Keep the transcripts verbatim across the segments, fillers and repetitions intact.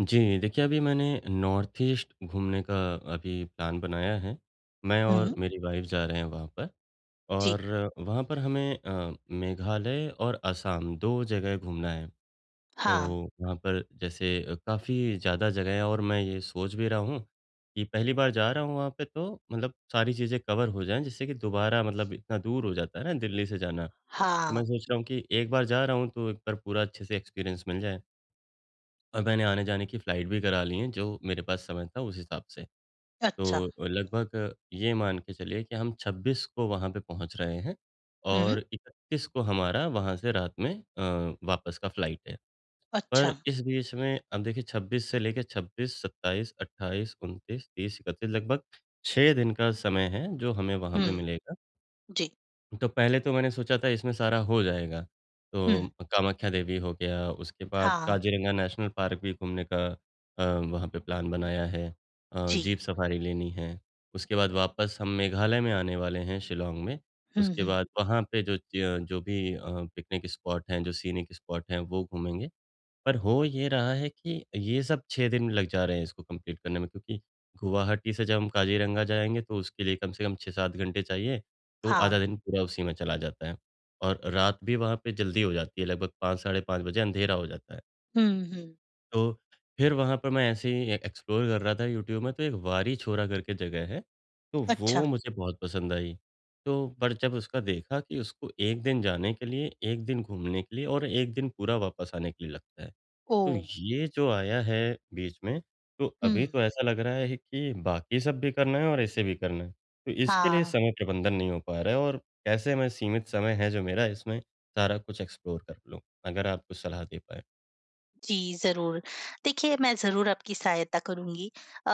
जी, देखिए अभी मैंने नॉर्थ ईस्ट घूमने का अभी प्लान बनाया है। मैं और हुँ, मेरी वाइफ़ जा रहे हैं वहाँ पर जी। और वहाँ पर हमें अ, मेघालय और असम दो जगह घूमना है। तो हाँ, वहाँ पर जैसे अ, काफ़ी ज़्यादा जगह है और मैं ये सोच भी रहा हूँ कि पहली बार जा रहा हूँ वहाँ पे तो मतलब सारी चीज़ें कवर हो जाएँ जिससे कि दोबारा मतलब इतना दूर हो जाता है ना दिल्ली से जाना। तो हाँ, मैं सोच रहा हूँ कि एक बार जा रहा हूँ तो एक बार पूरा अच्छे से एक्सपीरियंस मिल जाए। और मैंने आने-जाने की फ़्लाइट भी करा ली है, जो मेरे पास समय था उस हिसाब से। अच्छा। तो लगभग ये मान के चलिए कि हम छब्बीस को वहाँ पे पहुँच रहे हैं हुँ, और इकत्तीस को हमारा वहाँ से रात में अ, वापस का फ़्लाइट है। अच्छा। पर इस बीच में अब देखिए छब्बीस से लेके छब्बीस, सत्ताईस, अट्ठाईस, उनतीस, तीस, इकत्तीस लगभग छह दिन का समय है, जो हमें वहाँ हुँ। पे हुँ, मिलेगा। जी। तो पहले तो मैंने सोचा था इसमें सारा हो जाएगा। हुँ, तो कामाख्या देवी हो गया, उसके बाद हाँ, काजीरंगा नेशनल पार्क भी घूमने का अ, वहाँ पे प्लान बनाया है। अ, जी। जीप सफारी लेनी है, उसके बाद वापस हम मेघालय में आने वाले हैं शिलांग में। हुँ, उसके हुँ, बाद वहाँ पे जो च जो भी अ, पिकनिक स्पॉट हैं, जो सीनिक स्पॉट हैं, वो घूमेंगे। पर हो ये रहा है कि ये सब छह दिन लग जा रहे हैं इसको कंप्लीट करने में क्योंकि गुवाहाटी से जब हम काज़ीरंगा जाएँगे तो उसके लिए कम से कम छह सात घंटे चाहिए, तो आधा हाँ। दिन पूरा उसी में चला जाता है। और रात भी वहाँ पे जल्दी हो जाती है लगभग पाँच साढ़े पाँच बजे अंधेरा हो जाता है। हुँ, हुँ, तो फिर वहाँ पर मैं ऐसे ही ए एक्सप्लोर कर रहा था यूट्यूब में तो एक वारी छोरा करके जगह है, तो अच्छा, वो मुझे बहुत पसंद आई। तो पर जब उसका देखा कि उसको एक दिन जाने के लिए, एक दिन घूमने के लिए और एक दिन पूरा वापस आने के लिए लगता है। तो ओह! ये जो आया है बीच में, तो हुँ, अभी तो ऐसा लग रहा है कि बाकी सब भी करना है और इसे भी करना है। तो इसके लिए हाँ। समय प्रबंधन नहीं हो पा रहा है और कैसे मैं सीमित समय है जो मेरा इसमें सारा कुछ एक्सप्लोर कर लूँ? अगर आप कुछ सलाह दे पाएँ। जी, ज़रूर। देखिए, मैं ज़रूर आपकी सहायता करूँगी। अ,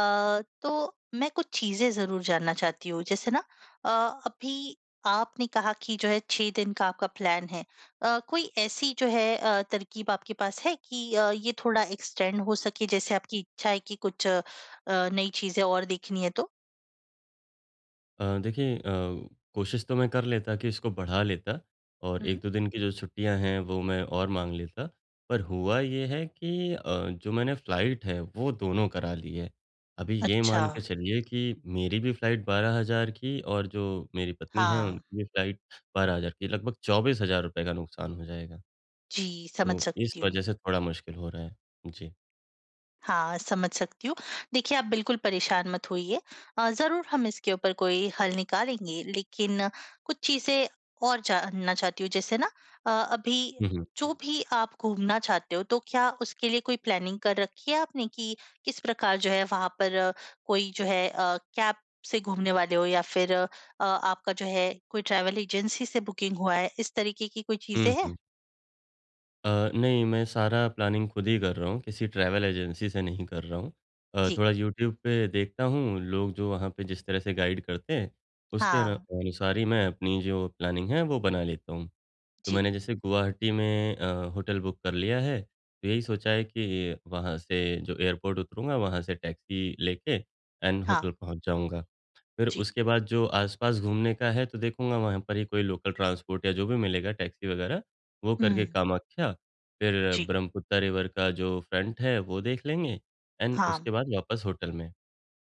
तो मैं कुछ चीज़ें ज़रूर जानना चाहती हूँ। जैसे ना अ, अभी आपने कहा कि जो है छह दिन का आपका प्लान है। अ, कोई ऐसी जो है अ, तरकीब आपके पास है कि अ, ये थोड़ा एक्सटेंड हो सके? जैसे आपकी इच्छा है कि कुछ अ, अ, नई चीज़ें और देखनी है तो? अ, देखिए अ, कोशिश तो मैं कर लेता कि इसको बढ़ा लेता और हुँ। एक दो दिन की जो छुट्टियाँ हैं वो मैं और माँग लेता। पर हुआ ये है कि अ, जो मैंने फ़्लाइट है वो दोनों करा ली है। अभी ये अच्छा, मान के बिल्कुल। चलिए कि मेरी भी फ़्लाइट बारह हज़ार की और जो मेरी पत्नी हैं हाँ। उनकी भी फ़्लाइट बारह हज़ार की लगभग चौबीस हज़ार रुपए का नुकसान हो जाएगा। जी, समझ तो इस सकती हूँ। वज़ह से थोड़ा मुश्किल हो रहा है। जी। हाँ, समझ सकती हूँ। देखिए, आप बिल्कुल परेशान मत होइए। अ, ज़रूर हम इसके ऊपर कोई हल निकालेंगे, लेकिन कुछ चीज़ें और जानना चाहती हूँ। जैसे ना अ, अभी हुँ, हुँ। जो भी आप घूमना चाहते हो, तो क्या उसके लिए कोई प्लानिंग कर रखी है आपने कि किस प्रकार जो है वहाँ पर अ, कोई जो है अ, कैब से घूमने वाले हो या फिर अ, अ, आपका जो है कोई ट्रैवल एजेंसी से बुकिंग हुआ है, इस तरीके की कोई चीज़ें हुँ, हैं? हुँ। अ, नहीं, मैं सारा प्लानिंग खुद ही कर रहा हूँ, किसी ट्रैवल एजेंसी से नहीं कर रहा हूँ। अ, जी। थोड़ा यूट्यूब पे देखता हूँ, लोग जो वहाँ पे जिस तरह से गाइड करते हैं, उसके अनु हाँ, अनुसार ही मैं अपनी जो प्लानिंग है, वो बना लेता हूँ। तो जी। मैंने जैसे गुवाहाटी में अ, होटल बुक कर लिया है, तो यही सोचा है कि वहाँ से जो एयरपोर्ट उतरूँगा, वहाँ से टैक्सी लेके एंड हाँ, होटल पहुँच जाऊँगा। फिर जी। उसके बाद जो आस-पास घूमने का है तो देखूँगा वहाँ पर ही कोई लोकल ट्रांसपोर्ट या जो भी मिलेगा टैक्सी वगैरह, वो हुँ, करके कामाख्या, फिर जी। ब्रह्मपुत्रा रिवर का जो फ्रंट है वो देख लेंगे एंड हाँ। उसके बाद वापस होटल में।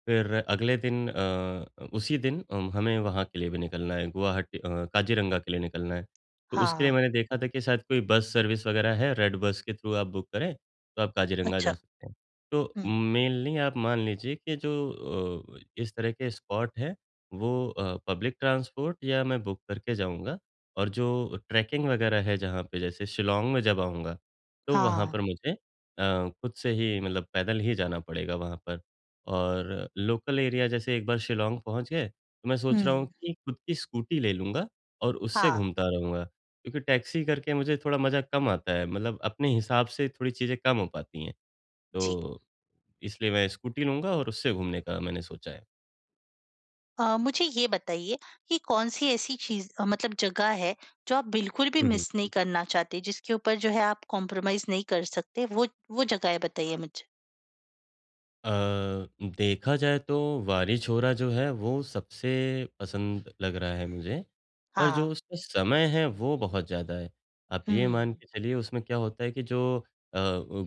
फिर अगले दिन अ, उसी दिन अम, हमें वहाँ के लिए भी निकलना है, गुवाहाटी अ, काज़ीरंगा के लिए निकलना है। तो उसके लिए हाँ, मैंने देखा था कि शायद कोई बस सर्विस वग़ैरह है, रेड बस के थ्रू आप बुक करें, तो आप काज़ीरंगा जा अच्छा। सकते हैं। तो हुँ, मेनली आप मान लीजिए कि जो अ, इस तरह के स्पॉट हैं, वो अ, पब्लिक ट्रांसपोर्ट या मैं बुक करके जाऊँगा और जो ट्रैकिंग वग़ैरह है जहाँ पे जैसे शिलाॉन्ग में जब आऊँगा, तो वहाँ हाँ, पर मुझे अ, खुद से ही मतलब पैदल ही जाना पड़ेगा वहाँ पर। और लोकल एरिया जैसे एक बार शिलाँग पहुँच गए, तो मैं हुँ, सोच रहा हूँ कि खुद की स्कूटी ले लूँगा और उससे हाँ, घूमता रहूँगा। क्योंकि टैक्सी करके मुझे थोड़ा मज़ा कम आता है, मतलब अपने हिसाब से थोड़ी चीज़ें कम हो पाती हैं। जी। तो इसलिए मैं स्कूटी लूँगा और उससे घूमने का मैंने सोचा अ, मुझे ये बताइए कि कौन-सी ऐसी चीज़, अ, मतलब जगह है, जो आप बिल्कुल भी है। मिस नहीं करना चाहते, जिसके ऊपर जो है आप कॉम्प्रोमाइज़ नहीं कर सकते, वो वो जगह है, बताइए मुझे? अ, देखा जाए तो वारी छोरा जो है वो सबसे पसंद लग रहा है मुझे, पर हाँ, जो उसका समय है वो बहुत ज़्यादा है। आप हुँ, ये मान के चलिए उसमें क्या होता है कि जो अ,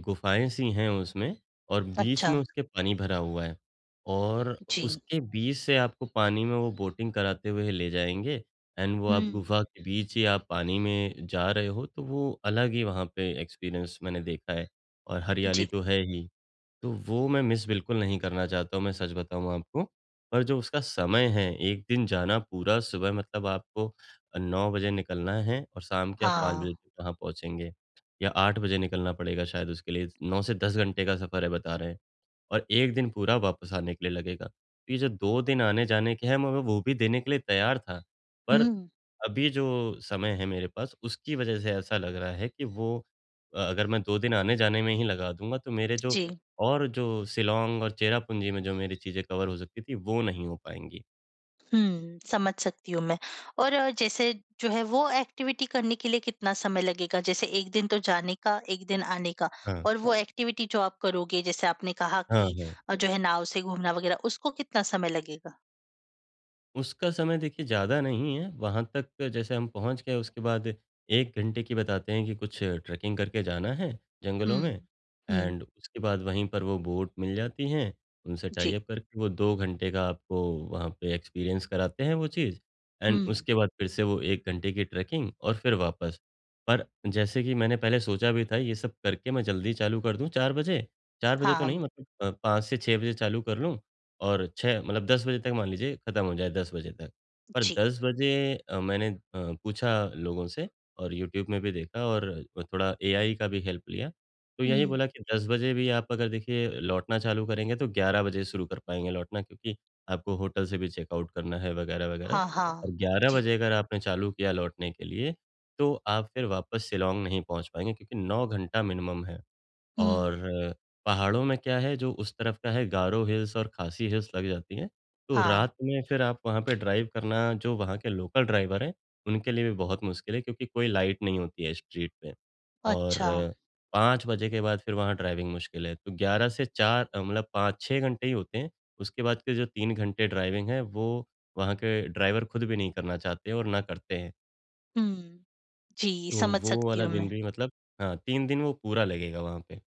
गुफ़ाएँ सी हैं उसमें और बीच अच्छा, में उसके पानी भरा हुआ है और जी, उसके बीच से आपको पानी में वो बोटिंग कराते हुए ले जाएँगे एंड वो आप गुफ़ा हुँ, के बीच ही आप पानी में जा रहे हो तो वो अलग ही वहाँ पे एक्सपीरियंस मैंने देखा है और हरियाली जी, तो है ही। तो वो मैं मिस बिल्कुल नहीं करना चाहता हूँ, मैं सच बताऊँ आपको। पर जो उसका समय है, एक दिन जाना पूरा सुबह मतलब आपको अ, नौ बजे निकलना है और शाम के आप पाँच हाँ, बजे तक वहाँ पहुँचेंगे या आठ बजे निकलना पड़ेगा शायद उसके लिए, नौ से दस घंटे का सफ़र है बता रहे हैं। और एक दिन पूरा वापस आने के लिए लगेगा। तो ये जो दो दिन आने-जाने के हैं, मैं वो भी देने के लिए तैयार था। पर हुँ, अभी जो समय है मेरे पास, उसकी वजह से ऐसा लग रहा है कि वो अ, अगर मैं दो दिन आने-जाने में ही लगा दूँगा, तो मेरे जो जी। और जो शिलांग और चेरापूंजी में जो मेरी चीज़ें कवर हो सकती थी, वो नहीं हो पाएँगी। हुँ, समझ सकती हूँ मैं। और अ, जैसे जो है वो एक्टिविटी करने के लिए कितना समय लगेगा? जैसे एक दिन तो जाने का, एक दिन आने का, हाँ। और वो एक्टिविटी जो आप करोगे, जैसे आपने कहा हाँ, कि हाँ। अ, जो है नाव से घूमना वग़ैरह, उसको कितना समय लगेगा? उसका समय देखिए ज़्यादा नहीं है, वहाँ तक जैसे हम पहुँच गए उसके बाद एक घंटे की बताते हैं कि कुछ ट्रैकिंग करके जाना है जंगलों हुँ, में हुँ, एंड उसके बाद वहीं पर वो बोट मिल जाती हैं, उनसे टाई जी, अप करके वो दो घंटे का आपको वहाँ पे एक्सपीरियंस कराते हैं वो चीज़ एंड हुँ, उसके बाद फिर से वो एक घंटे की ट्रैकिंग और फिर वापस। पर जैसे कि मैंने पहले सोचा भी था ये सब करके मैं जल्दी चालू कर दूँ चार बजे, चार बजे तो हाँ, नहीं मतलब अ, पाँच से छह बजे चालू कर लूँ और छह मतलब दस बजे तक मान लीजिए खत्म हो जाए दस बजे तक। पर जी, दस बजे अ, मैंने अ, पूछा लोगों से और यूट्यूब में भी देखा और थोड़ा एआई का भी हेल्प लिया। तो यही हुँ, बोला कि दस बजे भी आप अगर देखिए लौटना चालू करेंगे तो ग्यारह बजे शुरू कर पाएँगे लौटना क्योंकि आपको होटल से भी चेकआउट करना है वगैरह-वगैरह। हाँ, हाँ, और ग्यारह जी, बजे अगर आपने चालू किया लौटने के लिए, तो आप फिर वापस शिलाॉन्ग नहीं पहुँच पाएँगे क्योंकि नौ घंटा मिनिमम है। हुँ, और पहाड़ों में क्या है जो उस तरफ का है गारो हिल्स और खासी हिल्स लग जाती हैं, तो हाँ, रात में फिर आप वहाँ पे ड्राइव करना जो वहाँ के लोकल ड्राइवर हैं, उनके लिए भी बहुत मुश्किल है क्योंकि कोई लाइट नहीं होती है स्ट्रीट पे और अच्छा, पाँच बजे के बाद फिर वहाँ ड्राइविंग मुश्किल है। तो ग्यारह से चार अ, मतलब पाँच छह घंटे ही होते हैं, उसके बाद के जो तीन घंटे ड्राइविंग है वो वहाँ के ड्राइवर खुद भी नहीं करना चाहते हैं और ना करते हैं। हुँ, जी, तो समझ वो सकती वाला हूँ दिन मैं। भी मतलब हाँ, तीन दिन वो पूरा लगेगा वहाँ पे।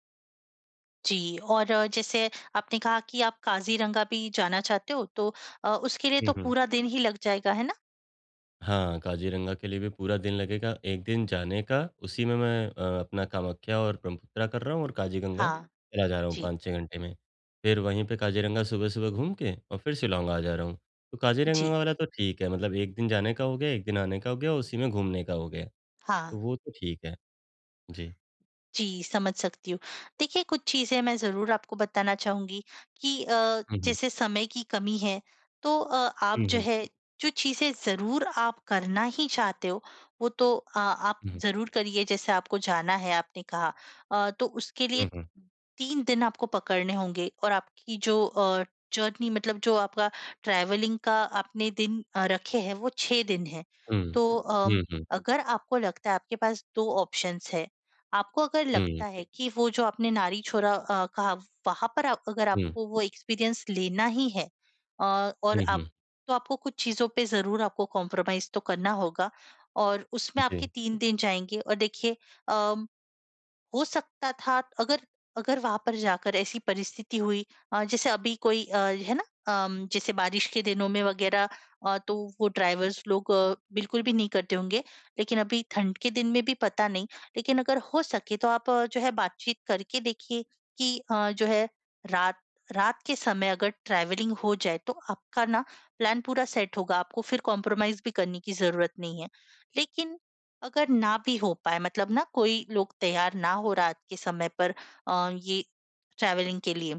जी, और अ, जैसे आपने कहा कि आप काज़ीरंगा भी जाना चाहते हो, तो अ, उसके लिए हुँ, तो हुँ। पूरा दिन ही लग जाएगा, है ना? हाँ, काज़ीरंगा के लिए भी पूरा दिन लगेगा। एक दिन जाने का, उसी में मैं अ, अपना कामाख्या और ब्रह्मपुत्रा कर रहा हूँ और काज़ीगंगा हाँ, चला जा रहा हूँ जी, पाँच छह घंटे में। फिर वहीं पे काज़ीरंगा सुबह-सुबह घूम के और फिर शिलाँग आ जा रहा हूँ। तो काज़ीरंगा जी, वाला तो ठीक है, मतलब एक दिन जाने का हो गया, एक दिन आने का हो गया, उसी में घूमने का हो गया। हाँ। तो वो तो ठीक है। जी। जी, समझ सकती हूँ। देखिए, कुछ चीज़ें मैं ज़रूर आपको बताना चाहूँगी कि अ, हुँ, हुँ। जैसे समय की कमी है, तो अ, आप हुँ, जो हुँ। है, जो चीज़ें ज़रूर आप करना ही चाहते हो, वो तो अ, आप हुँ, ज़रूर करिए, जैसे आपको जाना है, आपने कहा। अ, तो उसके लिए हुँ। तीन दिन आपको पकड़ने होंगे, और आपकी जो अ, जर्नी, मतलब जो आपका ट्रैवलिंग का आपने दिन अ, रखे हैं, वो छह दिन हैं। हुँ, हुँ। तो हुँ, हुँ। अम, हुँ, हुँ। अगर आपको लगता है, आपके पास दो ऑप्शंस हैं। आपको अगर हुँ, हुँ। लगता है कि वो, जो आपने नारी छोरा अ, कहा, वहाँ पर आप, अगर आपको वो एक्सपीरियंस लेना ही है, अ, और हुँ, आप, हुँ। तो आपको कुछ चीज़ों पे ज़रूर आपको कॉम्प्रोमाइज़ तो करना होगा और उसमें आपके जी। तीन दिन जाएँगे। और देखिए अ, हो सकता था, अगर अगर वहां पर जाकर ऐसी परिस्थिति हुई, अ, जैसे अभी कोई अ, है ना, अम, जैसे बारिश के दिनों में वगैरह, अ, तो वो ड्राइवर्स लोग अ, बिल्कुल भी नहीं करते होंगे, लेकिन अभी ठंड के दिन में भी पता नहीं। लेकिन अगर हो सके तो आप अ, जो है बातचीत करके देखिए कि अ, जो है रात, रात के समय अगर ट्रैवलिंग हो जाए तो आपका ना प्लान पूरा सेट होगा, आपको फिर कॉम्प्रोमाइज भी करने की जरूरत नहीं है। लेकिन अगर ना भी हो पाए, मतलब ना कोई लोग तैयार ना हो रात के समय पर अ, ये ट्रैवलिंग के लिए,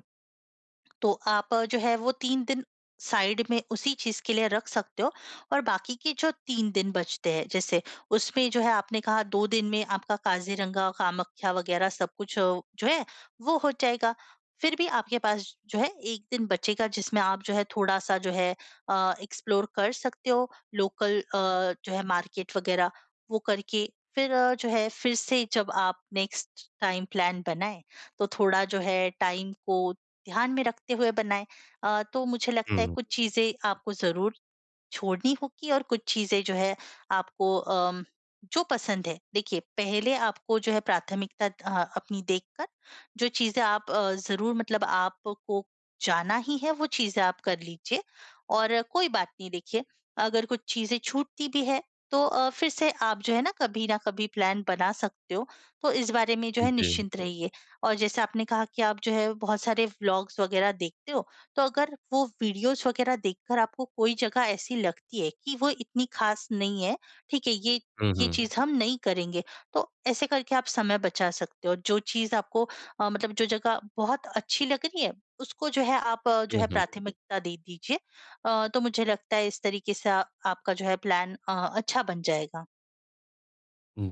तो आप अ, जो है वो तीन दिन साइड में उसी चीज़ के लिए रख सकते हो, और बाकी के जो तीन दिन बचते हैं, जैसे उसमें जो है आपने कहा, दो दिन में आपका काज़ीरंगा, कामाख्या वग़ैरह सब कुछ अ, जो है वो हो जाएगा। फिर भी आपके पास जो है एक दिन बचेगा, जिसमें आप जो है थोड़ा-सा जो है अ, एक्सप्लोर कर सकते हो, लोकल अ, जो है मार्केट वग़ैरह वो करके। फिर अ, जो है, फिर से जब आप नेक्स्ट टाइम प्लान बनाएँ, तो थोड़ा जो है टाइम को ध्यान में रखते हुए बनाएँ। अ, तो मुझे लगता है हुँ, कुछ चीज़ें आपको ज़रूर छोड़नी होगी, और कुछ चीज़ें जो है आपको अम, जो पसंद है, देखिए पहले आपको जो है प्राथमिकता अ, अपनी देखकर, जो चीज़ें आप अ, ज़रूर, मतलब आपको जाना ही है, वो चीज़ें आप कर लीजिए। और कोई बात नहीं, देखिए अगर कुछ चीज़ें छूटती भी है, तो अ, फिर से आप जो है ना कभी ना कभी प्लान बना सकते हो, तो इस बारे में जो है जी। निश्चिंत रहिए। और जैसे आपने कहा कि आप जो है बहुत सारे व्लॉग्स वगैरह देखते हो, तो अगर वो वीडियोस वगैरह देखकर आपको कोई जगह ऐसी लगती है कि वो इतनी खास नहीं है, ठीक है, ये, हुँ, ये हुँ। चीज़ हम नहीं करेंगे, तो ऐसे करके आप समय बचा सकते हो। जो चीज़ आपको अ, मतलब जो जगह बहुत अच्छी लग रही है, उसको जो है आप अ, जो हुँ, है हुँ। प्राथमिकता दे दीजिए। अ, तो मुझे लगता है, इस तरीके से आ- आपका जो है प्लान अ, अच्छा बन जाएगा।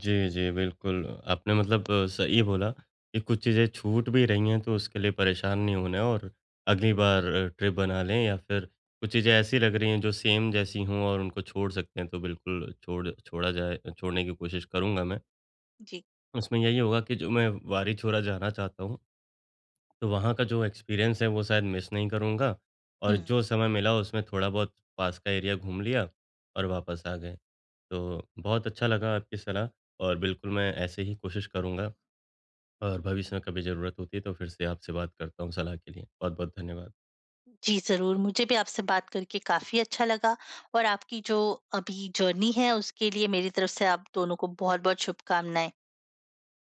जी, जी, बिल्कुल। आपने मतलब अ, सही बोला कि कुछ चीज़ें छूट भी रही हैं, तो उसके लिए परेशान नहीं होना है और अगली बार अ, ट्रिप बना लें या फिर कुछ चीज़ें ऐसी लग रही हैं जो सेम जैसी हों और उनको छोड़ सकते हैं, तो बिल्कुल छोड़ छोड़ा जाए छोड़ने की कोशिश करूँगा मैं। जी। उसमें यही होगा कि जो मैं वारीछोरा जाना चाहता हूँ, तो वहाँ का जो एक्सपीरियंस है, वो शायद मिस नहीं करूँगा हुँ। और जो समय मिला उसमें थोड़ा बहुत पास का एरिया घूम लिया और वापस आ गए। तो बहुत अच्छा लगा आपकी सलाह और बिल्कुल मैं ऐसे ही कोशिश करूँगा और भविष्य में कभी ज़रूरत होती है तो फिर से आपसे बात करता हूँ सलाह के लिए। बहुत-बहुत धन्यवाद। जी, ज़रूर। मुझे भी आपसे बात करके काफ़ी अच्छा लगा, और आपकी जो अभी जर्नी है उसके लिए मेरी तरफ से आप दोनों को बहुत-बहुत शुभकामनाएँ।